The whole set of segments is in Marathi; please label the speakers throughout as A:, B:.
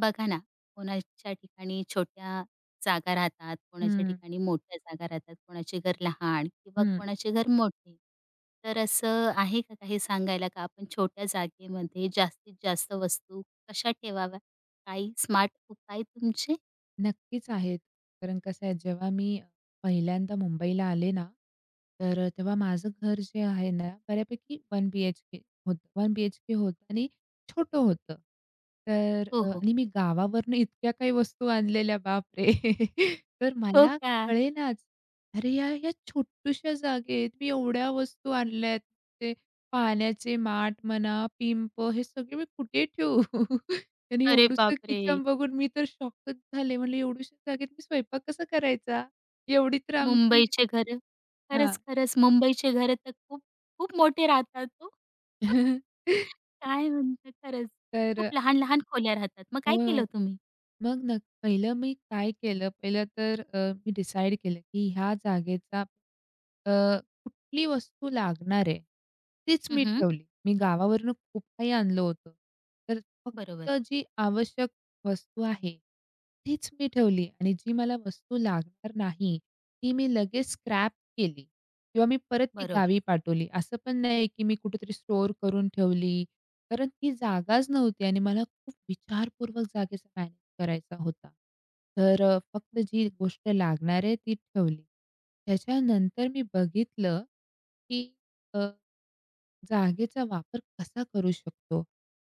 A: बघा ना, कोणाच्या ठिकाणी छोट्या जागा राहतात, कोणाच्या
B: हं,
A: ठिकाणी मोठ्या जागा राहतात, कोणाचे घर लहान किंवा
B: हं.
A: कोणाचे घर मोठे. तर असं आहे का काही सांगायला का आपण छोट्या जागेमध्ये जास्तीत जास्त वस्तू कशा ठेवाव्या? काही स्मार्ट उपाय तुमचे?
B: नक्कीच आहेत. कारण कसं आहे, जेव्हा मी पहिल्यांदा मुंबईला आले ना, तर तेव्हा माझं घर जे आहे ना, बऱ्यापैकी 1 बीएचके होतं. 1 बीएचके होतं आणि छोटं होतं. तर
A: हो, हो.
B: आणि मी गावावरून इतक्या काही वस्तू आणलेल्या, बापरे! तर
A: हो
B: मला
A: का?
B: कळेनाच. अरे, यार, या छोट्याशा जागेत मी एवढ्या वस्तू आणल्यात. ते पाण्याचे माठ म्हणा, पिंप हे सगळे मी कुठे ठेवू? आणि
A: अरे
B: एवढूसं
A: बापरे!
B: किचन बघून मी तर शॉकच झाले. म्हणलं एवढ्याशा जागेत मी स्वयंपाक कसा करायचा? एवढी तर आमची
A: मुंबईचे घरं
B: हां.
A: खरंच, खरंच मुंबईचे घरं तर खूप, खूप मोठे राहतात ओ. काय म्हणता खरंच.
B: तर
A: खूप लहान-लहान खोल्या राहतात. मग काय केलं
B: हो.
A: तुम्ही?
B: मग नक्क पहिलं मी काय केलं, पहिलं तर मी डिसाईड केलं, की ह्या जागेचा कुठली वस्तू लागणार आहे, तीच मी
A: हं,
B: ठेवली. मी गावावरून खूप काही आणलं होतं. तर
A: बरोबर,
B: फक्त जी आवश्यक वस्तू आहे, तीच मी ठेवली आणि जी मला वस्तू लागणार नाही, ती मी लगेच स्क्रॅप केली किंवा मी परत ती
A: बरोबर.
B: गावी पाठवली. असं पण नाही, की मी कुठेतरी स्टोअर करून ठेवली कारण ती जागाच नव्हती आणि मला खूप विचारपूर्वक जागेचा मॅनेज करायचा होता. तर फक्त जी गोष्ट लागणार आहे ती ठेवली. त्याच्यानंतर मी बघितलं, की अ, जागेचा वापर कसा करू शकतो.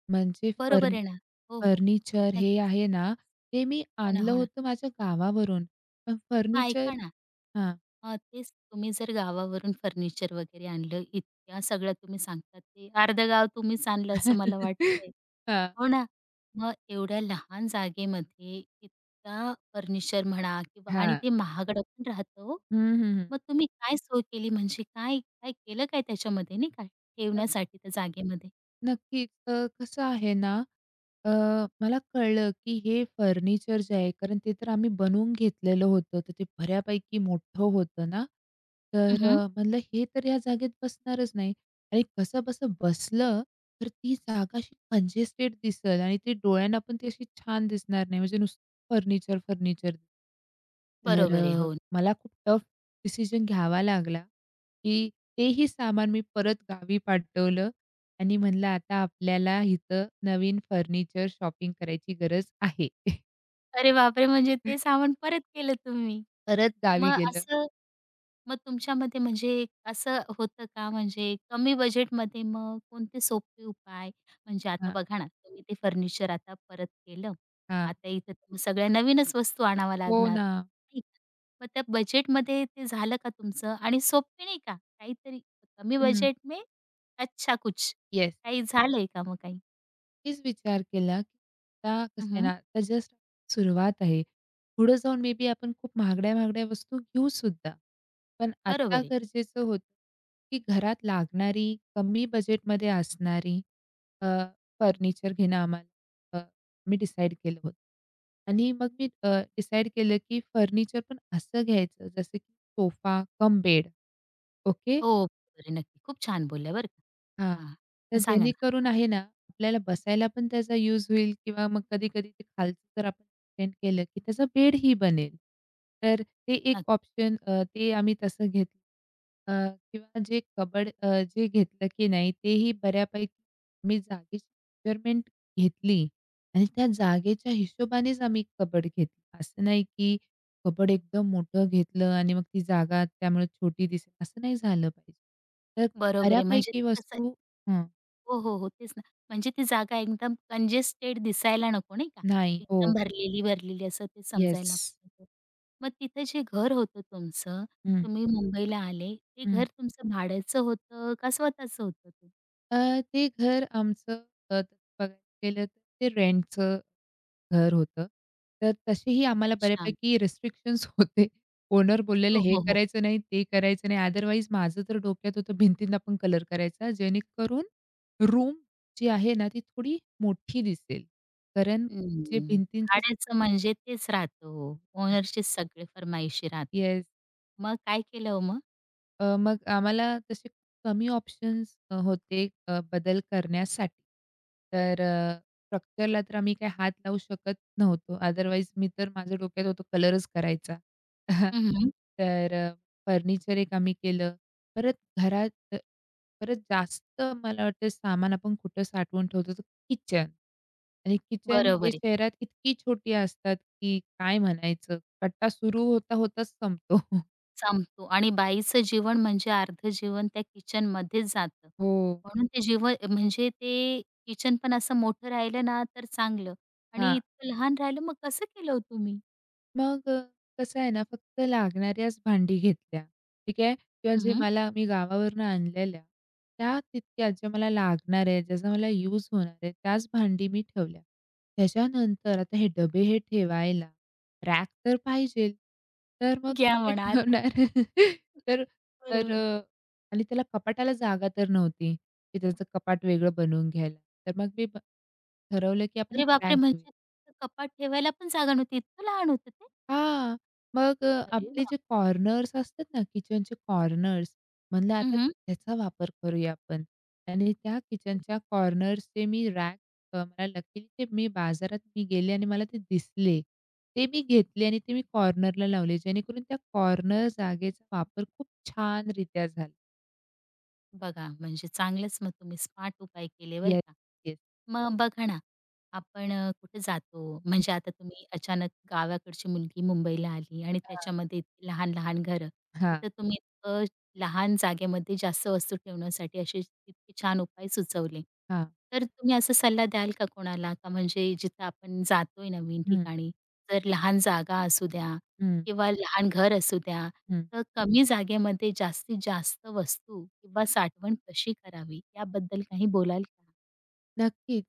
B: म्हणजे
A: बरोबर आहे ना. हो, हो.
B: फर्निचर हे
A: नक्कीच.
B: आहे ना, ते मी
A: हो ना,
B: आणलं
A: हो ना.
B: होतं माझ्या गावावरून. पण
A: मग
B: फर्निचर
A: ऐका ना
B: हां.
A: तेच तुम्ही जर गावावरून फर्निचर वगैरे आणलं, इतक्या सगळ्या तुम्ही सांगतात ते अर्धं गाव तुम्हीच आणलं असं मला वाटतंय.
B: हां,
A: हो ना. मग एवढ्या लहान जागेमध्ये इतका फर्निचर म्हणा किंवा आणि
B: हां.
A: ते महागडं पण राहतं हो.
B: हं, हं, हं.
A: मग तुम्ही काय सोय केली म्हणजे काय, काय केलं काय त्याच्यामध्ये नाही का
B: अ,
A: ठेवण्यासाठी त्या जागेमध्ये?
B: नक्कीच. कसं आहे ना अ, मला कळलं, की हे फर्निचर जे आहे, कारण ते तर आम्ही बनवून घेतलेलं होतं, तर ते बऱ्यापैकी मोठं होतं ना. तर
A: हं,
B: म्हणलं हे तर या जागेत बसणारच नाही आणि कसंबसं बसलं, तर ती जागा अशी कंजेस्टेड दिसेल आणि ती डोळ्यांना पण ती अशी छान दिसणार नाही, म्हणजे नुसतं फर्निचर, फर्निचर. तर
A: बरोबर आहे. हो.
B: मला खूप टफ डिसिजन घ्यावा लागला, की तेही सामान मी परत गावी पाठवलं आणि म्हणलं आता आपल्याला इथं नवीन फर्निचर शॉपिंग करायची गरज आहे.
A: अरे बापरे! म्हणजे ते सामान परत केलं तुम्ही?
B: परत गावी
A: मग
B: गेलं.
A: असं मग तुमच्यामध्ये म्हणजे असं होतं का म्हणजे कमी बजेटमध्ये मग कोणते सोपे उपाय म्हणजे आता
B: हां,
A: बघा ना तुम्ही ते फर्निचर आता परत केलं.
B: हां.
A: आता इथं तर मग सगळ्या नवीनच वस्तू आणाव्या
B: हो
A: लागणार.
B: ना.
A: नाही का? मग त्या बजेटमध्ये ते झालं का तुमचं आणि सोपे नाही का काहीतरी कमी
B: हं.
A: बजेट में अच्छा कुछ
B: येस.
A: काही झालंय का मग काही?
B: नक्कीच विचार केला, की आता कसं आहे ना,
A: हं,
B: आता जस्ट सुरुवात आहे. पुढे जाऊन मे बी आपण खूप महागड्या-महागड्या वस्तू घेऊ सुद्धा. पण आता
A: बरोबर आहे.
B: गरजेचं होतं, की घरात लागणारी, कमी बजेटमध्ये असणारी अ, फर्निचर घेणं आम्हाला मी डिसाईड केलं होतं. आणि मग मी डिसाईड केलं, की फर्निचर पण असं घ्यायचं, जसं की सोफा कम बेड. ओके.
A: हो, बरोबर आहे. नक्की. खूप छान बोलल्या बरं
B: हां.
A: का.
B: तर
A: हां. सांगा ना.
B: जेणेकरून
A: हां,
B: आहे ना, आपल्याला बसायला पण त्याचा यूज होईल किंवा मग कधी-कधी ते खालचं जर आपण स्टँड केलं, की त्याचा बेडही बनेल. तर ते एक
A: नक्की.
B: ऑप्शन ते आम्ही तसं घेतलं. किंवा जे जे घेतलं की नाही तेही बऱ्यापैकी मी जागेची मेजरमेंट घेतली आणि त्या जागेच्या हिशोबानेच आम्ही कबड घेतली. असं नाही की कबड एकदम मोठं घेतलं आणि मग ती जागा त्यामुळे छोटी दिसेल, असं नाही झालं पाहिजे. तर
A: बरोबर आहे. म्हणजे
B: बऱ्यापैकी
A: ते कसं
B: वस्तू हं.
A: हो, हो, हो. तेच ना. म्हणजे ती जागा एकदम कंजेस्टेड दिसायला नको नाही का?
B: नाही. हो.
A: एकदम भरलेली, भरलेली असं ते समजायला
B: येस.
A: पाहिजे. मग तिथं जे घर होतं तुमचं,
B: हं,
A: तुम्ही मुंबईला आले, ते
B: हं.
A: घर तुमचं भाड्याचं होतं का स्वतःचं होतं ते?
B: अ, ते घर आमचं तसं बघायला गेलं तर ते रेंटचं घर होतं. तर तसेही आम्हाला
A: अच्छा.
B: बऱ्यापैकी रिस्ट्रिक्शन्स होते. ओनर बोललेलं
A: हो,
B: हे
A: हो, हो.
B: करायचं नाही, ते करायचं नाही. अदरवाईज माझं तर डोक्यात होतं भिंतींना पण कलर करायचा जेणेकरून रूम जी आहे ना, ती थोडी मोठी दिसेल. कारण जे
A: हं.
B: भिंतींचं
A: भाड्याचं म्हणजे तेच राहतं हो. सगळे फर्माईशी राहतात.
B: येस.
A: मग काय केलं हो मग?
B: मग आम्हाला तसे कमी ऑप्शन्स होते बदल करण्यासाठी. तर स्ट्रक्चरला तर आम्ही काही हात लावू शकत नव्हतो. अदरवाईज मी तर माझ्या डोक्यात होतं कलरच करायचा.
A: हं,
B: तर फर्निचर एक आम्ही केलं. परत घरात परत जास्त मला वाटतं सामान आपण कुठं साठवून ठेवतो तर किचन. आणि किचन
A: बरोबर
B: हे
A: आहे.
B: शहरात इतकी छोटी असतात की काय म्हणायचं. कट्टा सुरू होता होताच संपतो.
A: संपतो आणि बाईचं जीवन म्हणजे अर्ध जीवन त्या किचनमध्येच जातं.
B: हो.
A: म्हणून ते जीवन म्हणजे ते किचन पण असं मोठं राहिलं ना तर चांगलं
B: हा
A: आणि इतकं लहान राहिलं मग कसं केलं हो तुम्ही?
B: मग कसं आहे ना, फक्त लागणाऱ्याच भांडी घेतल्या, ठीक आहे. किंवा जे
A: हं,
B: मला मी गावावरून आणलेल्या, त्या तितक्याच ज्या मला लागणार आहे, ज्याचा मला यूज होणार आहे, त्याच भांडी मी ठेवल्या. त्याच्यानंतर आता हे डबे हे ठेवायला रॅक तर पाहिजेल. तर मग
A: घ्या
B: कुठे
A: म्हणा आता.
B: ठेवणार? तर तर
A: बरोबर.
B: आणि त्याला कपाटाला जागा तर नव्हती, की त्याचं कपाट वेगळं बनवून घ्यायला. तर मग मी ठरवलं की आपण
A: अरे
B: एक रॅक
A: बापरे!
B: घेऊया.
A: म्हणजे तिथं कपाट ठेवायला पण जागा नव्हती. इतकं लहान होतं ते?
B: हां. मग
A: अरे
B: आपले
A: वाह!
B: जे कॉर्नर्स असतात ना, किचनचे कॉर्नर्स, म्हणलं आता
A: हं,
B: त्याचा वापर करूया आपण. आणि त्या किचनच्या कॉर्नर्सचे मी रॅक मला लकीली ते मी बाजारात गेले आणि मला ते दिसले. ते मी घेतले आणि ते मी कॉर्नरला लावले, जेणेकरून त्या कॉर्नर जागेचा वापर खूप छानरित्या झाला.
A: बघा, म्हणजे चांगलंच मग तुम्ही स्मार्ट उपाय केले बरं
B: येस,
A: का.
B: येस.
A: मग बघा ना, आपण कुठे जातो, म्हणजे आता तुम्ही अचानक गावाकडची मुलगी मुंबईला आली आणि
B: हां,
A: त्याच्यामध्ये इतकी लहान-लहान घरं.
B: हां,
A: तिथं तुम्ही इतकं लहान जागेमध्ये जास्त वस्तू ठेवण्यासाठी असे इतके छान उपाय सुचवले.
B: हां.
A: तर तुम्ही असा सल्ला द्याल का कोणाला? का म्हणजे जिथं आपण जातोय नवीन
B: हं,
A: ठिकाणी, तर लहान जागा असू द्या
B: हं,
A: किंवा लहान घर असू द्या,
B: हं.
A: तर कमी जागेमध्ये जास्तीत जास्त वस्तू किंवा साठवण कशी करावी याबद्दल काही बोलाल का?
B: नक्कीच.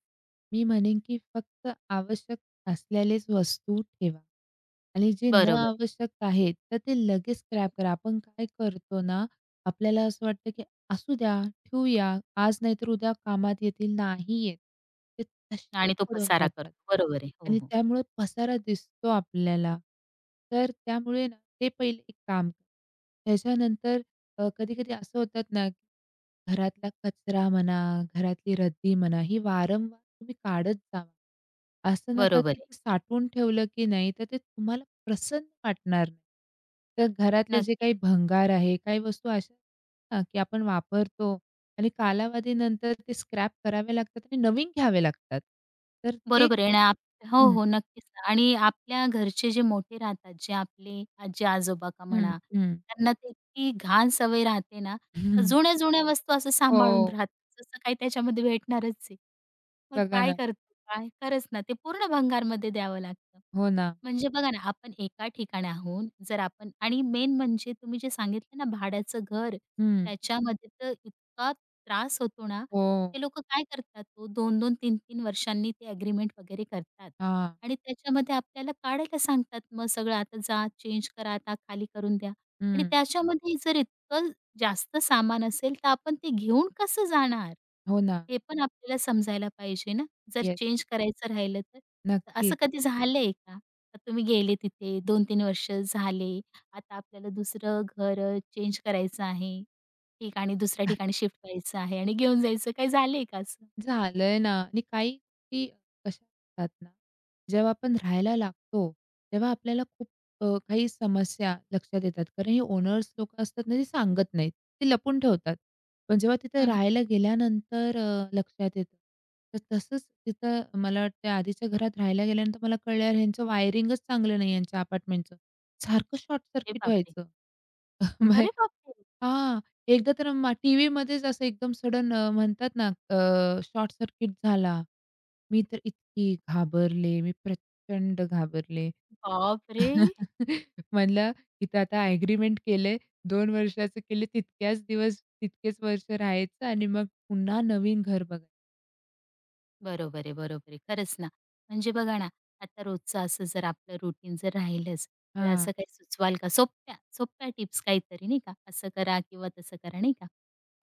B: मी म्हणेन, की फक्त आवश्यक असलेलेच वस्तू ठेवा आणि जे न
A: बरोबर आहे.
B: आवश्यक आहेत, तर ते लगेच स्क्रॅप करा. आपण काय करतो ना, आपल्याला असं वाटतं, की असू द्या, ठेवूया, आज नाहीतर उद्या कामात येतील, नाही येत. ते तसे
A: आणि तो
B: पडून
A: पसारा
B: राहतात
A: करतो. बरोबर आहे. हो,
B: आणि
A: हो.
B: त्यामुळे पसारा दिसतो आपल्याला. तर त्यामुळे ना, ते पहिले एक काम करा. त्याच्यानंतर कधी-कधी असं होतात ना घरातला कचरा म्हणा, घरातली रद्दी म्हणा, ही वारंवार तुम्ही काढत जावा. असं नका
A: बरोबर
B: की
A: आहे.
B: ते साठवून ठेवलं की नाही, तर ते तुम्हाला प्रसन्न वाटणार नाही. तर घरातले जे
A: नक्की.
B: काही भंगार आहे, काही वस्तू अशा ना, की आपण वापरतो आणि कालावधीनंतर ते स्क्रॅप करावे लागतात आणि नवीन घ्यावे लागतात. तर ते
A: बरोबर आहे ना. आप हो,
B: हं,
A: हो. नक्कीच ना आणि आपल्या घरचे जे मोठे राहतात, जे आपले आजी-आजोबा का
B: हं,
A: म्हणा,
B: हं.
A: त्यांना ते इतकी घाण सवय राहते ना, तर
B: हं.
A: जुन्या-जुन्या वस्तू असं सांभाळून
B: हो,
A: राहतात. जसं काही त्याच्यामध्ये भेटणारच आहे. मग
B: बघा
A: काय
B: ना.
A: करतो काय? खरंच ना, ते पूर्ण भंगारमध्ये द्यावं लागतं.
B: हो ना.
A: म्हणजे बघा ना, आपण एका ठिकाणी आहोत, जर आपण आणि मेन म्हणजे तुम्ही जे सांगितलं ना भाड्याचं घर,
B: हं.
A: त्याच्यामध्ये तर इतका त्रास होतो ना,
B: हो.
A: ते लोक काय करतात ओ, 2-2, तीन 3 वर्षांनी ते अग्रीमेंट वगैरे करतात
B: हां.
A: आणि त्याच्यामध्ये आपल्याला काढायला सांगतात. मग सगळं आता जा, चेंज करा, आता खाली करून द्या आणि
B: हं.
A: त्याच्यामध्ये जर इतकं जास्त सामान असेल, तर आपण ते घेऊन कसं जाणार?
B: हो ना.
A: हे पण आपल्याला समजायला पाहिजे ना. जर
B: येस.
A: चेंज करायचं राहिलं तर. तर असं
B: नक्कीच.
A: कधी झालंय का? का तुम्ही गेले तिथे 2-3 वर्ष झाले, आता आपल्याला दुसरं घर चेंज करायचं आहे? ठिकाणी दुसऱ्या ठिकाणी शिफ्ट व्हायचं आहे आणि घेऊन जायचं. काही झालंय का असं?
B: झालंय ना आणि काही गोष्टी अशा असतात ना, जेव्हा आपण राहायला लागतो, तेव्हा आपल्याला खूप काही समस्या लक्षात येतात. कारण हे ओनर्स लोकं असतात ना, ते सांगत नाहीत. ते लपून ठेवतात. पण जेव्हा तिथे
A: हं, हं.
B: राहायला गेल्यानंतर लक्षात येतं. तर तसंच तिथं मला वाटतं आधीच्या घरात राहायला गेल्यानंतर मला कळलं, "यार, ह्यांचं वायरिंगच चांगलं नाही, यांच्या अपार्टमेंटचं. सारखं शॉर्ट
A: अरे
B: सर्किट
A: बापरे!
B: व्हायचं."
A: अरे बापरे!
B: हां. एकदा तर टीव्हीमध्येच असं एकदम सडन म्हणतात ना, शॉर्ट सर्किट झाला. मी तर इतकी घाबरले. मी प्रचंड घाबरले.
A: बापरे!
B: म्हणलं इथं आता एग्रीमेंट केलंय. 2 वर्षाचं केलं तितक्याच दिवस, तितकेच वर्ष राहायचं आणि मग पुन्हा नवीन घर बघायचं.
A: बरोबर आहे, बरोबर आहे. खरंच ना. म्हणजे बघा ना, आता रोजचं असं जर आपलं रुटीन जर राहिलंच, तर
B: हां.
A: असं काही सुचवाल का? सोप्या, सोप्या टिप्स काहीतरी नाही का? असं करा किंवा तसं करा नाही का?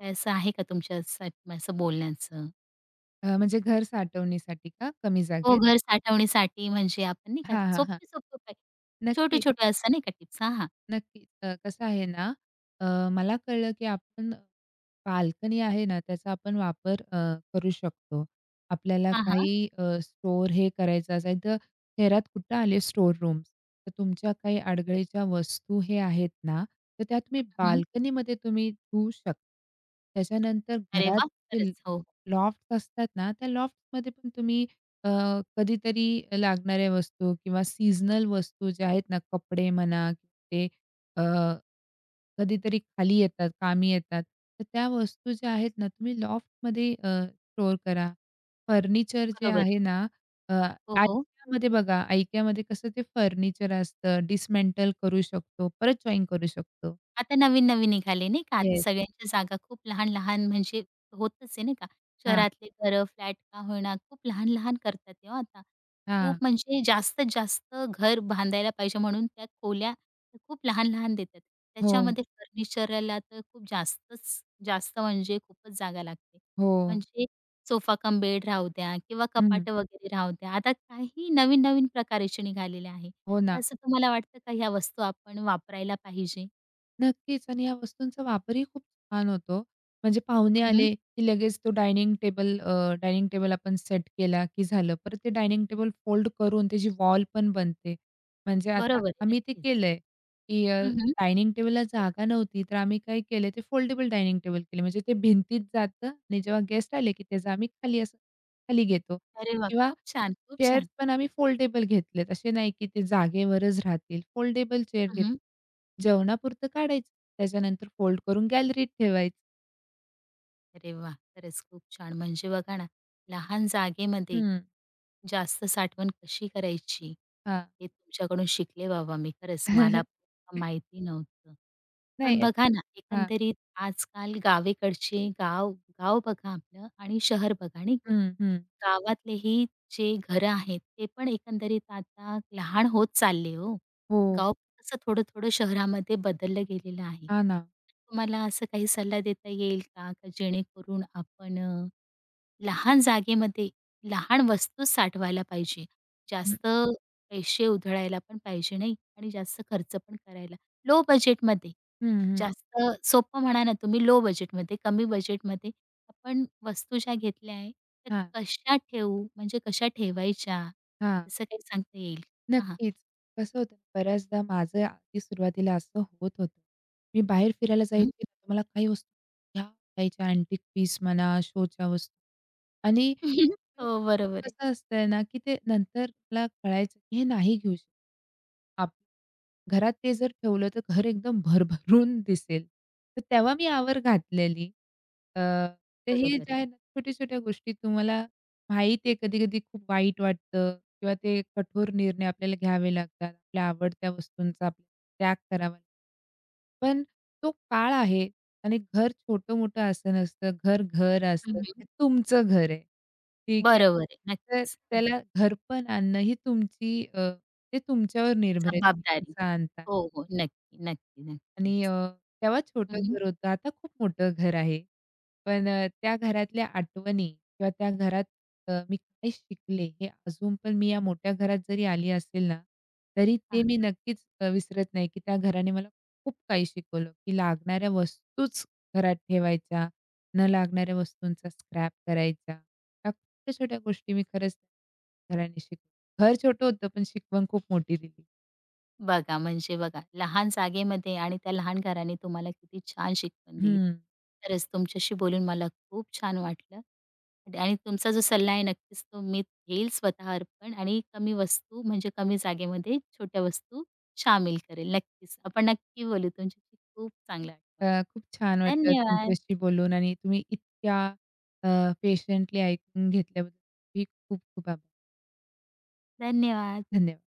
A: तर असं आहे का तुमच्यासाठी असं बोलण्याचं?
B: म्हणजे घर साठवणीसाठी का कमी
A: हो,
B: जागेत?
A: घर साठवण्यासाठी म्हणजे आपण नाही का
B: हां, हां, हां.
A: सोपे-सोपे उपाय,
B: नक्कीच,
A: छोटे-छोटे असं नाही का टिप्स? हां, हां.
B: नक्कीच. कसं आहे ना, अ, मला कळलं की आपण बाल्कनी आहे ना, त्याचा आपण वापर करू शकतो. आपल्याला
A: हां, हां.
B: काही स्टोअर हे करायचं असेल, तर शहरात कुठं आले स्टोअर रूम्स, तर तुमच्या काही
A: बरोबर.
B: अडगळीच्या वस्तू हे आहेत ना, तर त्या तुम्ही
A: हं.
B: बाल्कनीमध्ये तुम्ही ठेवू शकता. त्याच्यानंतर
A: अरे
B: घरात
A: वाह!
B: जे
A: खरंच. हो.
B: लॉफ्ट्स असतात ना, त्या लॉफ्टमध्ये पण तुम्ही अ, कधीतरी लागणाऱ्या वस्तू किंवा सीझनल वस्तू ज्या आहेत ना, कपडे म्हणा, ते कधीतरी खाली येतात, कामी येतात. तर त्या वस्तू ज्या आहेत ना, तुम्ही लॉफ्टमध्ये स्टोअर करा. फर्निचर जे
A: बरोबर आहे.
B: आहे ना, अ,
A: हो, हो.
B: IKEAमध्ये बघा, IKEAमध्ये कसं ते फर्निचर असतं, डिसमेंटल करू शकतो, परत जॉइन करू शकतो.
A: आता नवीन-नवीन निघाले नाही का? आता
B: येस.
A: सगळ्यांच्या जागा खूप लहान-लहान म्हणजे होतच आहे नाही का?
B: हां,
A: शहरातले घरं फ्लॅट का होईना खूप लहान-लहान करतात ते हो आता. खूप
B: हां.
A: म्हणजे जास्तीत जास्त घर बांधायला पाहिजे म्हणून त्या खोल्या खूप लहान-लहान देतात.
B: हो,
A: त्याच्यामध्ये फर्निचरला तर खूप जास्तच जास्त म्हणजे खूपच जागा लागते.
B: हो.
A: म्हणजे सोफा कम बेड राहू द्या किंवा
B: हं.
A: कपाटं वगैरे राहू द्या. आता काही नवीन-नवीन प्रकारचे निघालेले आहे.
B: हो ना.
A: असं तुम्हाला वाटतं का ह्या वस्तू आपण वापरायला पाहिजे?
B: नक्कीच आणि या वस्तूंचा वापरही खूप छान होतो. म्हणजे पाहुणे आले, की लगेच तो डायनिंग टेबल आपण सेट केला, की झालं. परत ते डायनिंग टेबल फोल्ड करून त्याची वॉल पण बनते. म्हणजे आता
A: बरोबर आहे.
B: आम्ही ते
A: नक्कीच.
B: केलंय, की
A: हं, हं.
B: डायनिंग टेबलला जागा नव्हती, तर आम्ही काय केलंय ते फोल्डेबल डायनिंग टेबल केले. म्हणजे ते भिंतीत जातं आणि जेव्हा गेस्ट आले, की त्याचं आम्ही खाली असं खाली घेतो
A: अरे वा,
B: किंवा
A: खूप छान, खूप
B: चेअर्स
A: छान.
B: पण आम्ही फोल्डेबल घेतलेत. असे नाही की ते जागेवरच राहतील. फोल्डेबल चेअर
A: हं,
B: घेत
A: हं.
B: जेवणापुरतं काढायचं. त्याच्यानंतर फोल्ड करून गॅलरीत ठेवायचं.
A: अरे वा, खरंच खूप छान. म्हणजे बघा ना, लहान जागेमध्ये
B: हं.
A: जास्त साठवण कशी करायची?
B: हां.
A: हे तुमच्याकडून शिकले बाबा मी खरंच. मला पण माहिती नव्हतं. पण
B: नाही
A: बघा ना,
B: हां.
A: एकंदरीत आजकाल गावीकडचे गाव गाव बघा आपलं आणि शहर बघा नाही का?
B: हं, हं.
A: गावातलेही जे घरं आहेत, ते पण एकंदरीत आता लहान होत चालले हो.
B: हो.
A: गाव पण कसं थोडं-थोडं शहरामध्ये बदललं गेलेलं आहे.
B: हां ना.
A: तुम्हाला असं काही सल्ला देता येईल का? का जेणेकरून आपण लहान जागेमध्ये, लहान वस्तू साठवायला पाहिजे.
B: हं,
A: जास्त पैसे उधळायला पण पाहिजे नाही आणि जास्त खर्च पण करायला. लो बजेटमध्ये
B: हं,
A: जास्त सोपं म्हणा ना तुम्ही लो बजेटमध्ये, कमी बजेटमध्ये आपण वस्तू ज्या घेतल्या आहे,
B: हां,
A: त्या कशा ठेवू, म्हणजे कशा ठेवायच्या,
B: हां.
A: असं काही सांगता येईल? हां, हां.
B: नक्कीच. कसं होतं बऱ्याचदा माझं आधी सुरुवातीला असं होत होतं. मी बाहेर फिरायला
A: हं.
B: जायची तर मला काही वस्तू घ्यायच्या अँटिक पीस म्हणा, शोच्या वस्तू आणि
A: हो,
B: ते
A: बरोबर आहे.
B: कसं असतंय ना, की ते नंतर मला कळायचं की हे नाही घेऊ शकत. घरात ते जर ठेवलं तर घर एकदम भरभरून दिसेल. तर तेव्हा मी आवर घातलेली. अ, तर हे
A: बरोबर
B: जे
A: आहे.
B: आहे ना छोट्या-छोट्या गोष्टी तुम्हाला माहीत आहे कधी-कधी खूप वाईट वाटतं किंवा ते कठोर निर्णय आपल्याला घ्यावे लागतात. आपल्या आवडत्या वस्तूंचा आपल्याला त्याग करावा पण तो काळ आहे आणि घर छोटं-मोठं असं नसतं. घर, घर असतं.
A: हं,
B: ते तुमचं घर आहे. ठीक आहे.
A: बरोबर आहे.
B: तर
A: नक्कीच.
B: त्याला घरपण आणणं ही तुमची ते तुमच्यावर निर्भर आहे. तुम्ही
A: जबाबदारी.
B: कसं आणता.
A: हो, हो. नक्की, नक्की,
B: आणि
A: नक्कीच.
B: तेव्हा
A: हं,
B: छोटं
A: हं.
B: घर होतं, आता खूप मोठं घर आहे. पण त्या घरातल्या आठवणी किंवा त्या घरात मी काय शिकले, हे अजून पण मी या मोठ्या घरात जरी आली असेल ना, तरी ते मी नक्कीच विसरत नाही, की त्या घराने मला खूप काही शिकवलं, की लागणाऱ्या वस्तूच घरात ठेवायच्या, न लागणाऱ्या वस्तूंचा स्क्रॅप करायचा. ह्या छोट्या-छोट्या गोष्टी मी खरंच घराने शिकले. घर छोटं होतं, पण शिकवण खूप मोठी दिली.
A: बघा, म्हणजे बघा, लहान जागेमध्ये आणि त्या लहान घराने तुम्हाला किती छान शिकवण दिली.
B: हं.
A: खरंच तुमच्याशी बोलून मला खूप छान वाटलं आणि तुमचा जो सल्ला आहे नक्कीच तो मी घेईल स्वतःवर पण आणि कमी वस्तू म्हणजे कमी जागेमध्ये छोट्या वस्तू शामिल करेल. नक्कीच. आपण नक्की बोलू. तुमच्याशी खूप चांगलं वाटलं
B: खूप छान
A: मला.
B: वाटलं
A: धन्यवाद.
B: तुमच्याशी बोलून आणि तुम्ही इतक्या अ, पेशंटली ऐकून घेतल्याबद्दल ही खूप खूप आभार.
A: धन्यवाद.
B: धन्यवाद.